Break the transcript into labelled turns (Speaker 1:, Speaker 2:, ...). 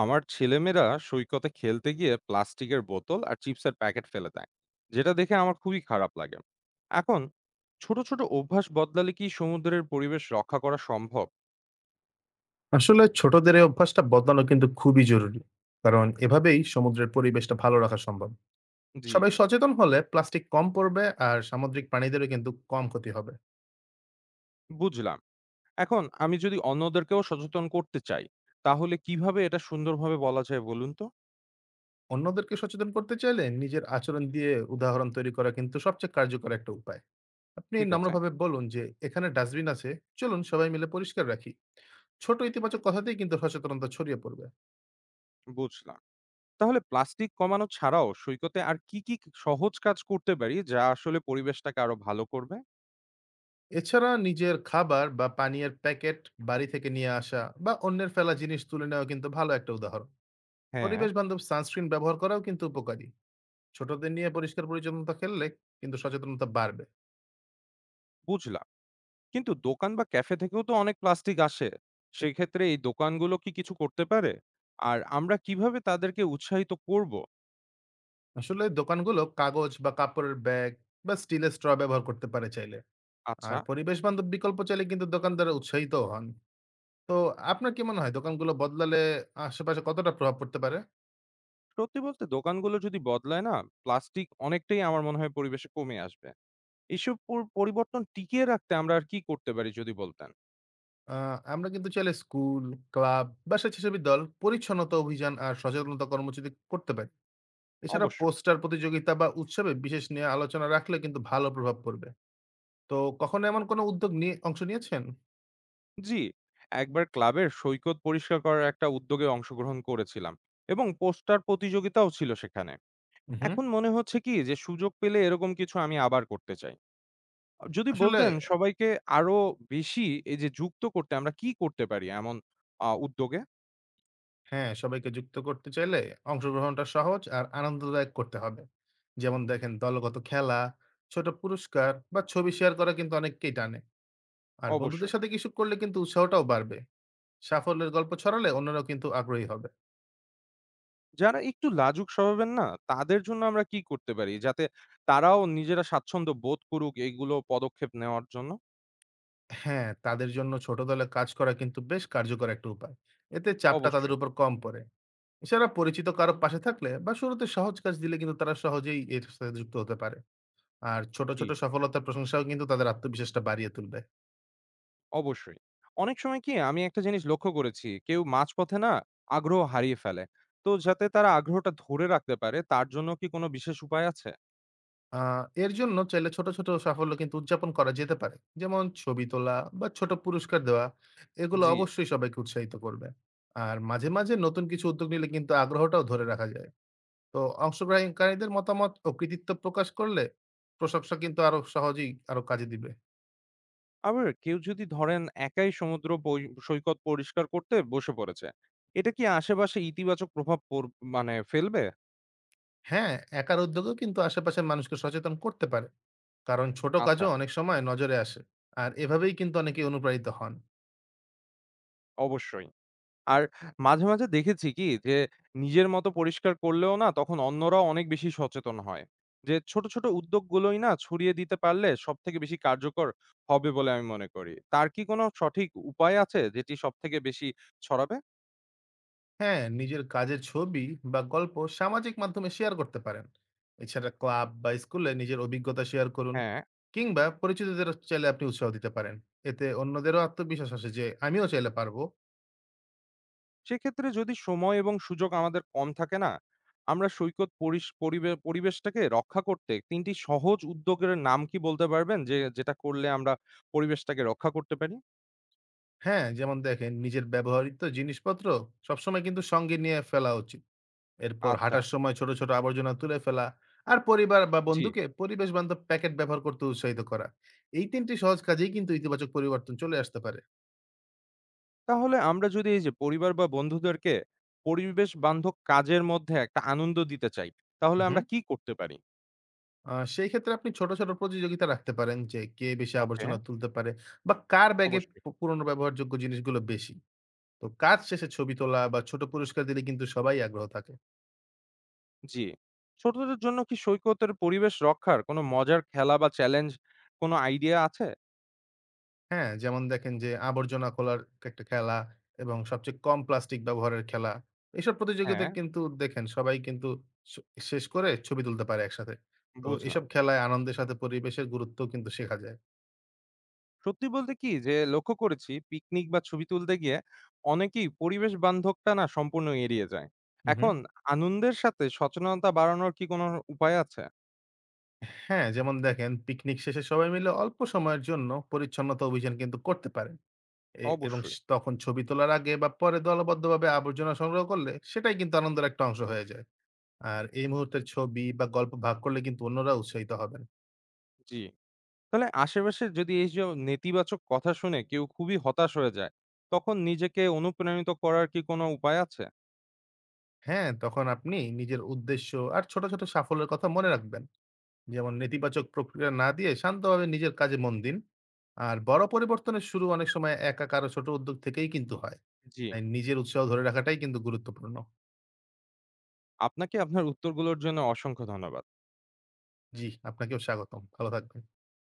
Speaker 1: আমার ছেলেমেয়েরা সৈকতে খেলতে গিয়ে প্লাস্টিকের বোতল আর চিপসের প্যাকেট ফেলে দেয়, যেটা দেখে আমার খুবই খারাপ লাগে। এখন ছোট ছোট অভ্যাস বদলালে কি সমুদ্রের পরিবেশ রক্ষা করা সম্ভব?
Speaker 2: আসলে ছোটদের এই অভ্যাসটা বদলানো কিন্তু খুবই জরুরি। কারণ এভাবেই সমুদ্রের পরিবেশটা ভালো রাখা সম্ভব।
Speaker 1: জি।
Speaker 2: সবাই সচেতন হলে প্লাস্টিক কম পড়বে আর সামুদ্রিক প্রাণীদেরও কিন্তু কম ক্ষতি হবে।
Speaker 1: বুঝলাম। এখন আমি যদি অন্যদেরকেও সচেতন করতে চাই, তাহলে কিভাবে এটা সুন্দরভাবে বলা যায় বলুন তো।
Speaker 2: অন্যদেরকে সচেতন করতে চাইলে নিজের আচরণ দিয়ে উদাহরণ তৈরি করা কিন্তু সবচেয়ে কার্যকর একটা উপায়। আপনি
Speaker 1: ঠিক আছে।
Speaker 2: নম্রভাবে বলুন যে এখানে ডাস্টবিন আছে, চলুন সবাই মিলে পরিষ্কার রাখি। ছোট ইতিবাচক কথাতেই কিন্তু সচেতনতা ছড়িয়ে পড়বে।
Speaker 1: বুঝলাম। তাহলে প্লাস্টিক কমানো ছাড়াও সৈকতে আর কি কি সহজ কাজ করতে পারি, যা আসলে পরিবেশটাকে আরো ভালো করবে?
Speaker 2: এছাড়া নিজের খাবার বা পানীয়ের প্যাকেট বাড়ি থেকে নিয়ে আসা বা অন্যের ফেলা জিনিস তুলে নেওয়া কিন্তু ভালো একটা উদাহরণ।
Speaker 1: হ্যাঁ।
Speaker 2: পরিবেশ বান্ধব সানস্ক্রিন ব্যবহার করাও কিন্তু উপকারী। ছোটদের নিয়ে পরিষ্কার পরিচ্ছন্নতা খেললে কিন্তু সচেতনতা বাড়বে।
Speaker 1: বুঝলাম। কিন্তু দোকান বা ক্যাফে থেকেও তো অনেক প্লাস্টিক আসে। সেক্ষেত্রে এই দোকানগুলো কি কিছু করতে পারে? আর আমরা কিভাবে তাদেরকে উৎসাহিত করব?
Speaker 2: আসলে দোকানগুলো কাগজ বা কাপড়ের ব্যাগ বা স্টিলের স্ট্র ব্যবহার করতে পারে চাইলে।
Speaker 1: আচ্ছা।
Speaker 2: আর পরিবেশ বান্ধব বিকল্প চাইলে কিন্তু দোকানদার উৎসাহিত হন। তো আপনার কি মনে হয় দোকানগুলো বদলালে আশেপাশে কতটা প্রভাব পড়তে পারে?
Speaker 1: সত্যি বলতে দোকানগুলো যদি বদলায় না, প্লাস্টিক অনেকটাই আমার মনে হয় পরিবেশে কমে আসবে। এসব পরিবর্তন টিকিয়ে রাখতে আমরা আর কি করতে পারি যদি বলতেন?
Speaker 2: আমরা কিন্তু চাইলে স্কুল, ক্লাব বা স্বেচ্ছাসেবী দল পরিচ্ছন্নতা অভিযান আর সচেতনতা কর্মসূচি করতে পারি। এছাড়া
Speaker 1: অবশ্যই।
Speaker 2: পোস্টার প্রতিযোগিতা বা উৎসবে বিশেষ নিয়ে আলোচনা রাখলে কিন্তু ভালো প্রভাব পড়বে। তো কখনো এমন কোনো উদ্যোগ নিয়ে অংশ নিয়েছেন?
Speaker 1: জি, একবার ক্লাবের সৈকত পরিষ্কার করার একটা উদ্যোগে অংশগ্রহণ করেছিলাম এবং পোস্টার প্রতিযোগিতাও ছিল সেখানে।
Speaker 2: উ হু।
Speaker 1: এখন মনে হচ্ছে কি যে সুযোগ পেলে এরকম কিছু আমি আবার করতে চাই। যদি
Speaker 2: আসলে
Speaker 1: বলতেন সবাইকে আরো বেশি এই যে যুক্ত করতে আমরা কি করতে পারি এমন উদ্যোগে?
Speaker 2: হ্যাঁ, সবাইকে যুক্ত করতে চাইলে অংশগ্রহণটা সহজ আর আনন্দদায়ক করতে হবে। যেমন দেখেন দলগত খেলা, ছোট পুরস্কার বা ছবি শেয়ার করা কিন্তু অনেককেই টানে। আর বন্ধুদের
Speaker 1: অবশ্যই।
Speaker 2: সাথে কিছু করলে কিন্তু উৎসাহটাও বাড়বে। সাফল্যের গল্প ছড়ালে অন্যরাও কিন্তু আগ্রহী হবে।
Speaker 1: যারা একটু লাজুক স্বভাবের না তাদের জন্য আমরা কি করতে পারি? যাতে তারাও নিজেরা স্বাচ্ছন্দ্য বোধ করুক এইগুলো পদক্ষেপ নেওয়ার জন্য?
Speaker 2: হ্যাঁ, তাদের জন্য ছোট দলে কাজ করা কিন্তু বেশ কার্যকর একটা উপায়। এতে চাপটা তাদের
Speaker 1: অবশ্যই।
Speaker 2: উপর কম পড়ে। এছাড়া পরিচিত কারো পাশে থাকলে বা শুরুতে সহজ কাজ দিলে কিন্তু তারা সহজেই এর সাথে যুক্ত হতে পারে। আর ছোট,
Speaker 1: জি,
Speaker 2: ছোট সফলতার প্রশংসাও কিন্তু তাদের আত্মবিশ্বাসটা বাড়িয়ে তুলবে।
Speaker 1: অবশ্যই। অনেক সময় কি আমি একটা জিনিস লক্ষ্য করেছি, কেউ মাঝপথে না আগ্রহ হারিয়ে ফেলে। তো যাতে তারা আগ্রহটা ধরে রাখতে পারে তার জন্য কি কোনো বিশেষ উপায় আছে?
Speaker 2: আ এর জন্য চাইলে ছোট, ছোট সাফল্য কিন্তু উদযাপন করা যেতে পারে। যেমন ছবি তোলা বা ছোট পুরস্কার দেওয়া। এগুলো
Speaker 1: জি।
Speaker 2: অবশ্যই সবাইকে উৎসাহিত করবে। আর মাঝে, মাঝে নতুন কিছু উদ্যোগ নিলে কিন্তু আগ্রহটাও ধরে রাখা যায়। তো অংশগ্রহণকারীদের মতামত ও কৃতিত্ব প্রকাশ করলে প্রশংসা কিন্তু আরো সহজেই আরো কাজে দিবে।
Speaker 1: আবার কেউ যদি ধরেন একাই সৈকত পরিষ্কার করতে বসে পড়েছে, এটা কি আশেপাশে ইতিবাচক মানে ফেলবে?
Speaker 2: হ্যাঁ, একার উদ্যোগেও কিন্তু আশেপাশের মানুষকে সচেতন করতে পারে। কারণ ছোট
Speaker 1: আচ্ছা।
Speaker 2: কাজও অনেক সময় নজরে আসে। আর এভাবেই কিন্তু অনেকেই অনুপ্রাণিত হন।
Speaker 1: অবশ্যই। আর মাঝে মাঝে দেখেছি কি যে নিজের মতো পরিষ্কার করলেও না তখন অন্যরা অনেক বেশি সচেতন হয়, যে ছোট ছোট উদ্যোগগুলোই না ছড়িয়ে দিতে পারলে সব থেকে বেশি কার্যকর হবে বলে আমি মনে করি। তার কি কোনো সঠিক উপায় আছে যেটি সব থেকে বেশি ছড়াবে?
Speaker 2: হ্যাঁ, নিজের কাজের ছবি বা গল্প সামাজিক মাধ্যমে শেয়ার করতে পারেন। এছাড়া ক্লাব বা স্কুলে নিজের অভিজ্ঞতা শেয়ার করুন।
Speaker 1: হ্যাঁ।
Speaker 2: কিংবা পরিচিতদের চাইলে আপনি উৎসাহ দিতে পারেন। এতে অন্যদেরও আত্মবিশ্বাস আসে যে আমিও চাইলে পারবো।
Speaker 1: সেক্ষেত্রে যদি সময় এবং সুযোগ আমাদের কম থাকে না, আমরা সৈকত পরিবেশটাকে রক্ষা করতে তিনটি সহজ উদ্যোগের নাম কি বলতে পারবেন, যে যেটা করলে আমরা পরিবেশটাকে রক্ষা করতে পারি?
Speaker 2: হ্যাঁ, যেমন দেখেন নিজের ব্যবহৃত জিনিসপত্র সবসময় কিন্তু সঙ্গে নিয়ে ফেলা উচিত। এরপর
Speaker 1: আচ্ছা।
Speaker 2: হাঁটার সময় ছোট ছোট আবর্জনা তুলে ফেলা। আর পরিবার বা
Speaker 1: জি।
Speaker 2: বন্ধুকে পরিবেশ বান্ধব প্যাকেট ব্যবহার করতে উৎসাহিত করা। এই তিনটি সহজ কাজেই কিন্তু ইতিবাচক পরিবর্তন চলে আসতে পারে।
Speaker 1: তাহলে আমরা যদি এই যে পরিবার বা বন্ধুদেরকে পরিবেশ বান্ধব কাজের মধ্যে একটা আনন্দ দিতে চাই, তাহলে আমরা
Speaker 2: হুম।
Speaker 1: কি করতে পারি?
Speaker 2: সেই ক্ষেত্রে আপনি ছোট, ছোট প্রতিযোগিতা রাখতে পারেন যে কে বেশি
Speaker 1: ওকে।
Speaker 2: আবর্জনা তুলতে পারে বা কার ব্যাগে
Speaker 1: অবশ্যই।
Speaker 2: পুরনো ব্যবহারযোগ্য জিনিসগুলো বেশি। তো কাজ শেষে ছবি তোলা বা ছোট পুরস্কার দিলে কিন্তু সবাই আগ্রহ থাকে।
Speaker 1: জি। ছোটদের জন্য কি সৈকতের পরিবেশ রক্ষার কোনো মজার খেলা বা চ্যালেঞ্জ, কোনো আইডিয়া আছে?
Speaker 2: হ্যাঁ? যেমন দেখেন যে আবর্জনা খোলার একটা খেলা এবং সবচেয়ে কম প্লাস্টিক ব্যবহারের খেলা। এসব প্রতিযোগিতা
Speaker 1: হ্যাঁ।
Speaker 2: কিন্তু দেখেন সবাই কিন্তু স শেষ করে ছবি তুলতে পারে একসাথে। তো
Speaker 1: বুঝলাম।
Speaker 2: এসব খেলায় আনন্দের সাথে পরিবেশের গুরুত্বও কিন্তু শেখা যায়।
Speaker 1: সত্যি বলতে কি যে লক্ষ্য করেছি পিকনিক বা ছবি তুলতে গিয়ে অনেকেই পরিবেশ বান্ধবটা না সম্পূর্ণ এড়িয়ে যায়।
Speaker 2: হু, হু।
Speaker 1: এখন আনন্দের সাথে সচেতনতা বাড়ানোর কি কোনো উপায় আছে?
Speaker 2: হ্যাঁ, যেমন দেখেন পিকনিক শেষে সবাই মিলে অল্প সময়ের জন্য পরিচ্ছন্নতা অভিযান কিন্তু করতে পারেন। এ এবং স
Speaker 1: অবশ্যই।
Speaker 2: তখন ছবি তোলার আগে বা পরে দলবদ্ধভাবে আবর্জনা সংগ্রহ করলে সেটাই কিন্তু আনন্দের একটা অংশ হয়ে যায়। আর এই মুহূর্তের ছবি বা গল্প ভাগ করলে কিন্তু অন্যরা উৎসাহিত হবেন।
Speaker 1: জি। তাহলে আশেপাশে যদি এই যে নেতিবাচক কথা শুনে কেউ খুবই হতাশ হয়ে যায়, তখন নিজেকে অনুপ্রাণিত করার কি কোনো উপায় আছে?
Speaker 2: হ্যাঁ, তখন আপনি নিজের উদ্দেশ্য আর ছোট, ছোট সাফল্যের কথা মনে রাখবেন। যেমন নেতিবাচক প্রক্রিয়া না দিয়ে শান্তভাবে নিজের কাজে মন দিন। আর বড় পরিবর্তনের শুরু অনেক সময় একা কারো ছোট উদ্যোগ থেকেই কিন্তু হয়।
Speaker 1: জি।
Speaker 2: তাই নিজের উৎসাহ ধরে রাখাটাই কিন্তু গুরুত্বপূর্ণ।
Speaker 1: আপনাকে আপনার উত্তরগুলোর জন্য অসংখ্য ধন্যবাদ।
Speaker 2: জি, আপনাকেও স্বাগতম। ভালো থাকবেন।